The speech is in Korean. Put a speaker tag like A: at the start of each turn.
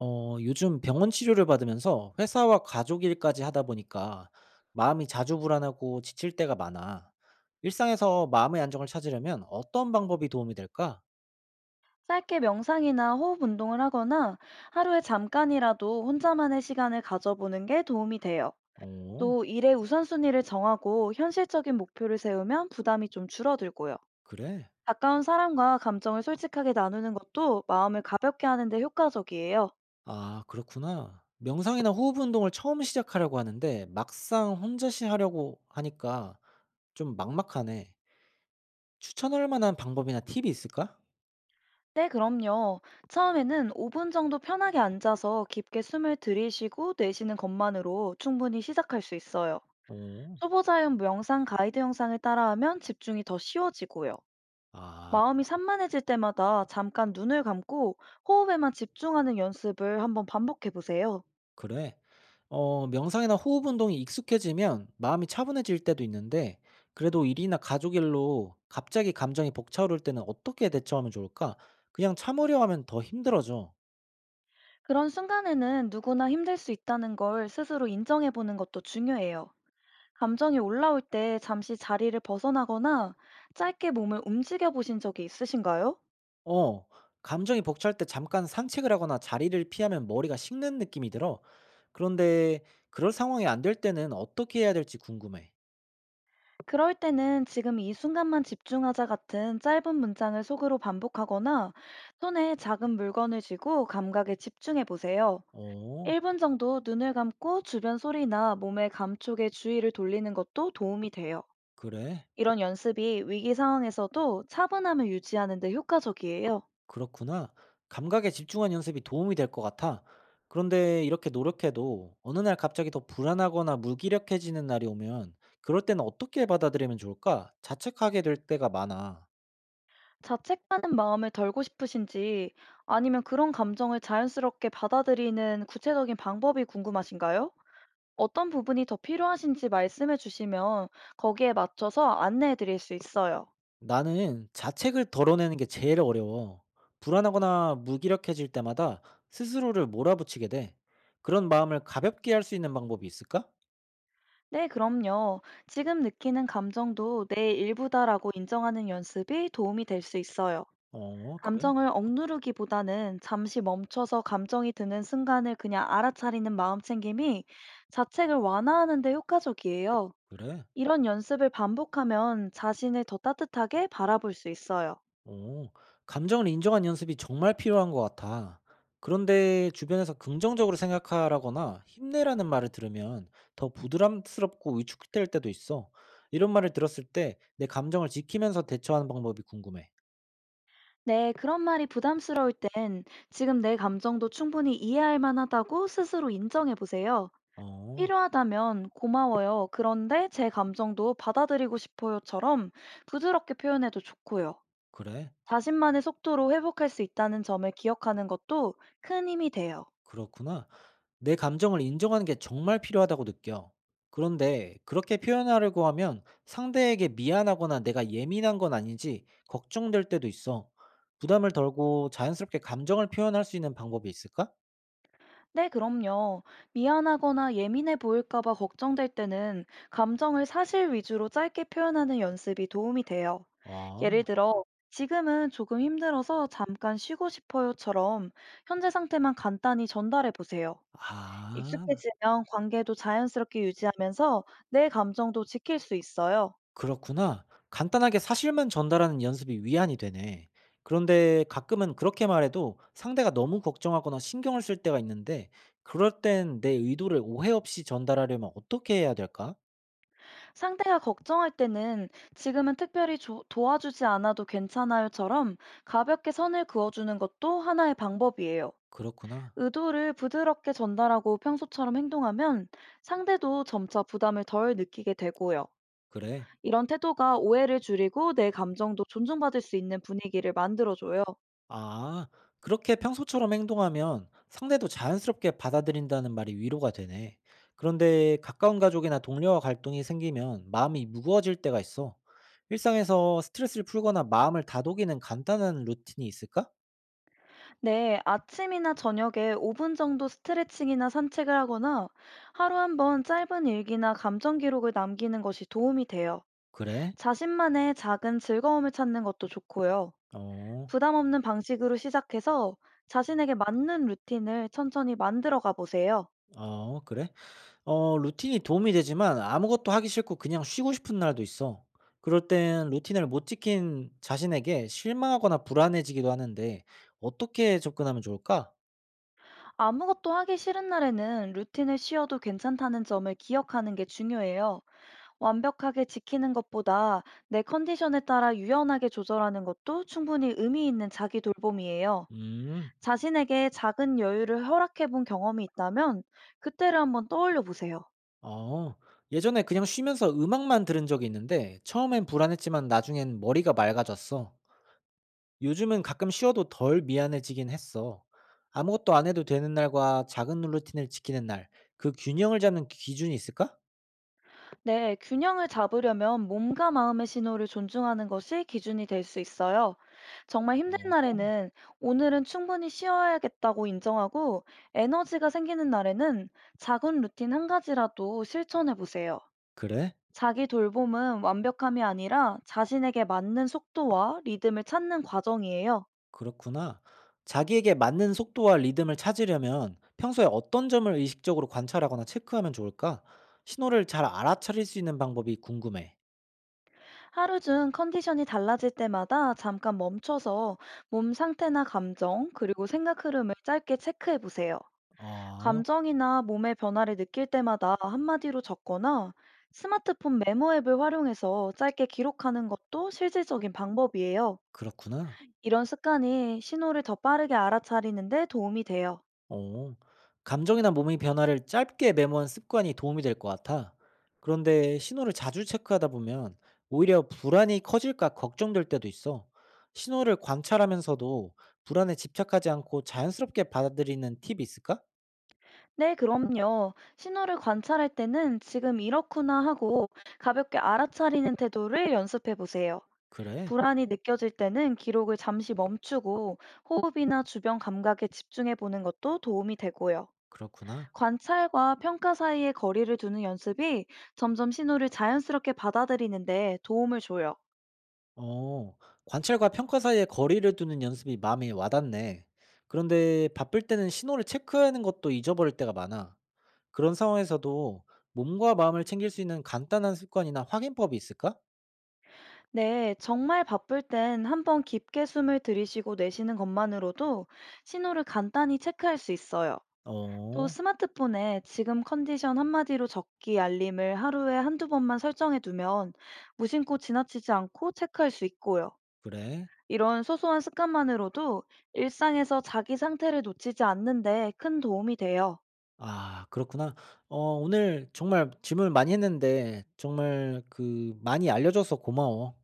A: 요즘 병원 치료를 받으면서 회사와 가족 일까지 하다 보니까 마음이 자주 불안하고 지칠 때가 많아. 일상에서 마음의 안정을 찾으려면 어떤 방법이 도움이 될까?
B: 짧게 명상이나 호흡 운동을 하거나 하루에 잠깐이라도 혼자만의 시간을 가져보는 게 도움이 돼요.
A: 어,
B: 또 일의 우선순위를 정하고 현실적인 목표를 세우면 부담이 좀 줄어들고요.
A: 그래?
B: 가까운 사람과 감정을 솔직하게 나누는 것도 마음을 가볍게 하는데 효과적이에요.
A: 아, 그렇구나. 명상이나 호흡 운동을 처음 시작하려고 하는데 막상 혼자시 하려고 하니까 좀 막막하네. 추천할 만한 방법이나 팁이 있을까?
B: 네, 그럼요. 처음에는 5분 정도 편하게 앉아서 깊게 숨을 들이쉬고 내쉬는 것만으로 충분히 시작할 수 있어요.
A: 어,
B: 초보자용 명상 가이드 영상을 따라하면 집중이 더 쉬워지고요.
A: 아.
B: 마음이 산만해질 때마다 잠깐 눈을 감고 호흡에만 집중하는 연습을 한번 반복해 보세요.
A: 그래. 명상이나 호흡 운동이 익숙해지면 마음이 차분해질 때도 있는데, 그래도 일이나 가족 일로 갑자기 감정이 벅차오를 때는 어떻게 대처하면 좋을까? 그냥 참으려 하면 더 힘들어져.
B: 그런 순간에는 누구나 힘들 수 있다는 걸 스스로 인정해 보는 것도 중요해요. 감정이 올라올 때 잠시 자리를 벗어나거나 짧게 몸을 움직여 보신 적이 있으신가요?
A: 어, 감정이 벅찰 때 잠깐 산책을 하거나 자리를 피하면 머리가 식는 느낌이 들어. 그런데 그럴 상황이 안될 때는 어떻게 해야 될지 궁금해.
B: 그럴 때는 지금 이 순간만 집중하자 같은 짧은 문장을 속으로 반복하거나 손에 작은 물건을 쥐고 감각에 집중해 보세요.
A: 어,
B: 1분 정도 눈을 감고 주변 소리나 몸의 감촉에 주의를 돌리는 것도 도움이 돼요.
A: 그래.
B: 이런 연습이 위기 상황에서도 차분함을 유지하는 데 효과적이에요.
A: 그렇구나. 감각에 집중한 연습이 도움이 될 것 같아. 그런데 이렇게 노력해도 어느 날 갑자기 더 불안하거나 무기력해지는 날이 오면 그럴 때는 어떻게 받아들이면 좋을까? 자책하게 될 때가 많아.
B: 자책하는 마음을 덜고 싶으신지 아니면 그런 감정을 자연스럽게 받아들이는 구체적인 방법이 궁금하신가요? 어떤 부분이 더 필요하신지 말씀해 주시면 거기에 맞춰서 안내해 드릴 수 있어요.
A: 나는 자책을 덜어내는 게 제일 어려워. 불안하거나 무기력해질 때마다 스스로를 몰아붙이게 돼. 그런 마음을 가볍게 할 수 있는 방법이 있을까?
B: 네, 그럼요. 지금 느끼는 감정도 내 일부다라고 인정하는 연습이 도움이 될 수 있어요.
A: 어, 그래?
B: 감정을 억누르기보다는 잠시 멈춰서 감정이 드는 순간을 그냥 알아차리는 마음챙김이 자책을 완화하는 데 효과적이에요.
A: 그래.
B: 이런 연습을 반복하면 자신을 더 따뜻하게 바라볼 수 있어요.
A: 오. 감정을 인정하는 연습이 정말 필요한 것 같아. 그런데 주변에서 긍정적으로 생각하라거나 힘내라는 말을 들으면 더 부드럽고 위축될 때도 있어. 이런 말을 들었을 때 내 감정을 지키면서 대처하는 방법이 궁금해.
B: 네, 그런 말이 부담스러울 땐 지금 내 감정도 충분히 이해할 만하다고 스스로 인정해 보세요.
A: 어,
B: 필요하다면 고마워요. 그런데 제 감정도 받아들이고 싶어요처럼 부드럽게 표현해도 좋고요.
A: 그래?
B: 자신만의 속도로 회복할 수 있다는 점을 기억하는 것도 큰 힘이 돼요.
A: 그렇구나. 내 감정을 인정하는 게 정말 필요하다고 느껴. 그런데 그렇게 표현하려고 하면 상대에게 미안하거나 내가 예민한 건 아닌지 걱정될 때도 있어. 부담을 덜고 자연스럽게 감정을 표현할 수 있는 방법이 있을까?
B: 네, 그럼요. 미안하거나 예민해 보일까봐 걱정될 때는 감정을 사실 위주로 짧게 표현하는 연습이 도움이 돼요.
A: 어.
B: 예를 들어, 지금은 조금 힘들어서 잠깐 쉬고 싶어요처럼 현재 상태만 간단히 전달해 보세요.
A: 아,
B: 익숙해지면 관계도 자연스럽게 유지하면서 내 감정도 지킬 수 있어요.
A: 그렇구나. 간단하게 사실만 전달하는 연습이 위안이 되네. 그런데 가끔은 그렇게 말해도 상대가 너무 걱정하거나 신경을 쓸 때가 있는데 그럴 땐 내 의도를 오해 없이 전달하려면 어떻게 해야 될까?
B: 상대가 걱정할 때는 지금은 특별히 도와주지 않아도 괜찮아요처럼 가볍게 선을 그어주는 것도 하나의 방법이에요.
A: 그렇구나.
B: 의도를 부드럽게 전달하고 평소처럼 행동하면 상대도 점차 부담을 덜 느끼게 되고요.
A: 그래.
B: 이런 태도가 오해를 줄이고 내 감정도 존중받을 수 있는 분위기를 만들어줘요.
A: 아, 그렇게 평소처럼 행동하면 상대도 자연스럽게 받아들인다는 말이 위로가 되네. 그런데 가까운 가족이나 동료와 갈등이 생기면 마음이 무거워질 때가 있어. 일상에서 스트레스를 풀거나 마음을 다독이는 간단한 루틴이 있을까?
B: 네, 아침이나 저녁에 5분 정도 스트레칭이나 산책을 하거나 하루 한번 짧은 일기나 감정 기록을 남기는 것이 도움이 돼요.
A: 그래?
B: 자신만의 작은 즐거움을 찾는 것도 좋고요.
A: 어,
B: 부담 없는 방식으로 시작해서 자신에게 맞는 루틴을 천천히 만들어 가 보세요.
A: 어, 그래? 루틴이 도움이 되지만 아무것도 하기 싫고 그냥 쉬고 싶은 날도 있어. 그럴 땐 루틴을 못 지킨 자신에게 실망하거나 불안해지기도 하는데 어떻게 접근하면 좋을까?
B: 아무것도 하기 싫은 날에는 루틴을 쉬어도 괜찮다는 점을 기억하는 게 중요해요. 완벽하게 지키는 것보다 내 컨디션에 따라 유연하게 조절하는 것도 충분히 의미 있는 자기 돌봄이에요.
A: 음.
B: 자신에게 작은 여유를 허락해 본 경험이 있다면 그때를 한번 떠올려 보세요.
A: 어, 예전에 그냥 쉬면서 음악만 들은 적이 있는데 처음엔 불안했지만 나중엔 머리가 맑아졌어. 요즘은 가끔 쉬어도 덜 미안해지긴 했어. 아무것도 안 해도 되는 날과 작은 루틴을 지키는 날, 그 균형을 잡는 기준이 있을까?
B: 네, 균형을 잡으려면 몸과 마음의 신호를 존중하는 것이 기준이 될 수 있어요. 정말 힘든
A: 어,
B: 날에는 오늘은 충분히 쉬어야겠다고 인정하고 에너지가 생기는 날에는 작은 루틴 한 가지라도 실천해 보세요.
A: 그래?
B: 자기 돌봄은 완벽함이 아니라 자신에게 맞는 속도와 리듬을 찾는 과정이에요.
A: 그렇구나. 자기에게 맞는 속도와 리듬을 찾으려면 평소에 어떤 점을 의식적으로 관찰하거나 체크하면 좋을까? 신호를 잘 알아차릴 수 있는 방법이 궁금해.
B: 하루 중 컨디션이 달라질 때마다 잠깐 멈춰서 몸 상태나 감정, 그리고 생각 흐름을 짧게 체크해 보세요.
A: 아,
B: 감정이나 몸의 변화를 느낄 때마다 한마디로 적거나 스마트폰 메모 앱을 활용해서 짧게 기록하는 것도 실질적인 방법이에요.
A: 그렇구나.
B: 이런 습관이 신호를 더 빠르게 알아차리는데 도움이 돼요.
A: 어. 감정이나 몸의 변화를 짧게 메모한 습관이 도움이 될 것 같아. 그런데 신호를 자주 체크하다 보면 오히려 불안이 커질까 걱정될 때도 있어. 신호를 관찰하면서도 불안에 집착하지 않고 자연스럽게 받아들이는 팁이 있을까?
B: 네, 그럼요. 신호를 관찰할 때는 지금 이렇구나 하고 가볍게 알아차리는 태도를 연습해 보세요.
A: 그래,
B: 불안이 느껴질 때는 기록을 잠시 멈추고 호흡이나 주변 감각에 집중해 보는 것도 도움이 되고요.
A: 그렇구나.
B: 관찰과 평가 사이의 거리를 두는 연습이 점점 신호를 자연스럽게 받아들이는데 도움을 줘요.
A: 어, 관찰과 평가 사이에 거리를 두는 연습이 마음에 와닿네. 그런데 바쁠 때는 신호를 체크하는 것도 잊어버릴 때가 많아. 그런 상황에서도 몸과 마음을 챙길 수 있는 간단한 습관이나 확인법이 있을까?
B: 네, 정말 바쁠 땐 한번 깊게 숨을 들이쉬고 내쉬는 것만으로도 신호를 간단히 체크할 수 있어요. 또
A: 어,
B: 스마트폰에 지금 컨디션 한마디로 적기 알림을 하루에 한두 번만 설정해 두면 무심코 지나치지 않고 체크할 수 있고요.
A: 그래.
B: 이런 소소한 습관만으로도 일상에서 자기 상태를 놓치지 않는데 큰 도움이 돼요.
A: 아, 그렇구나. 어, 오늘 정말 질문을 많이 했는데 정말 많이 알려줘서 고마워.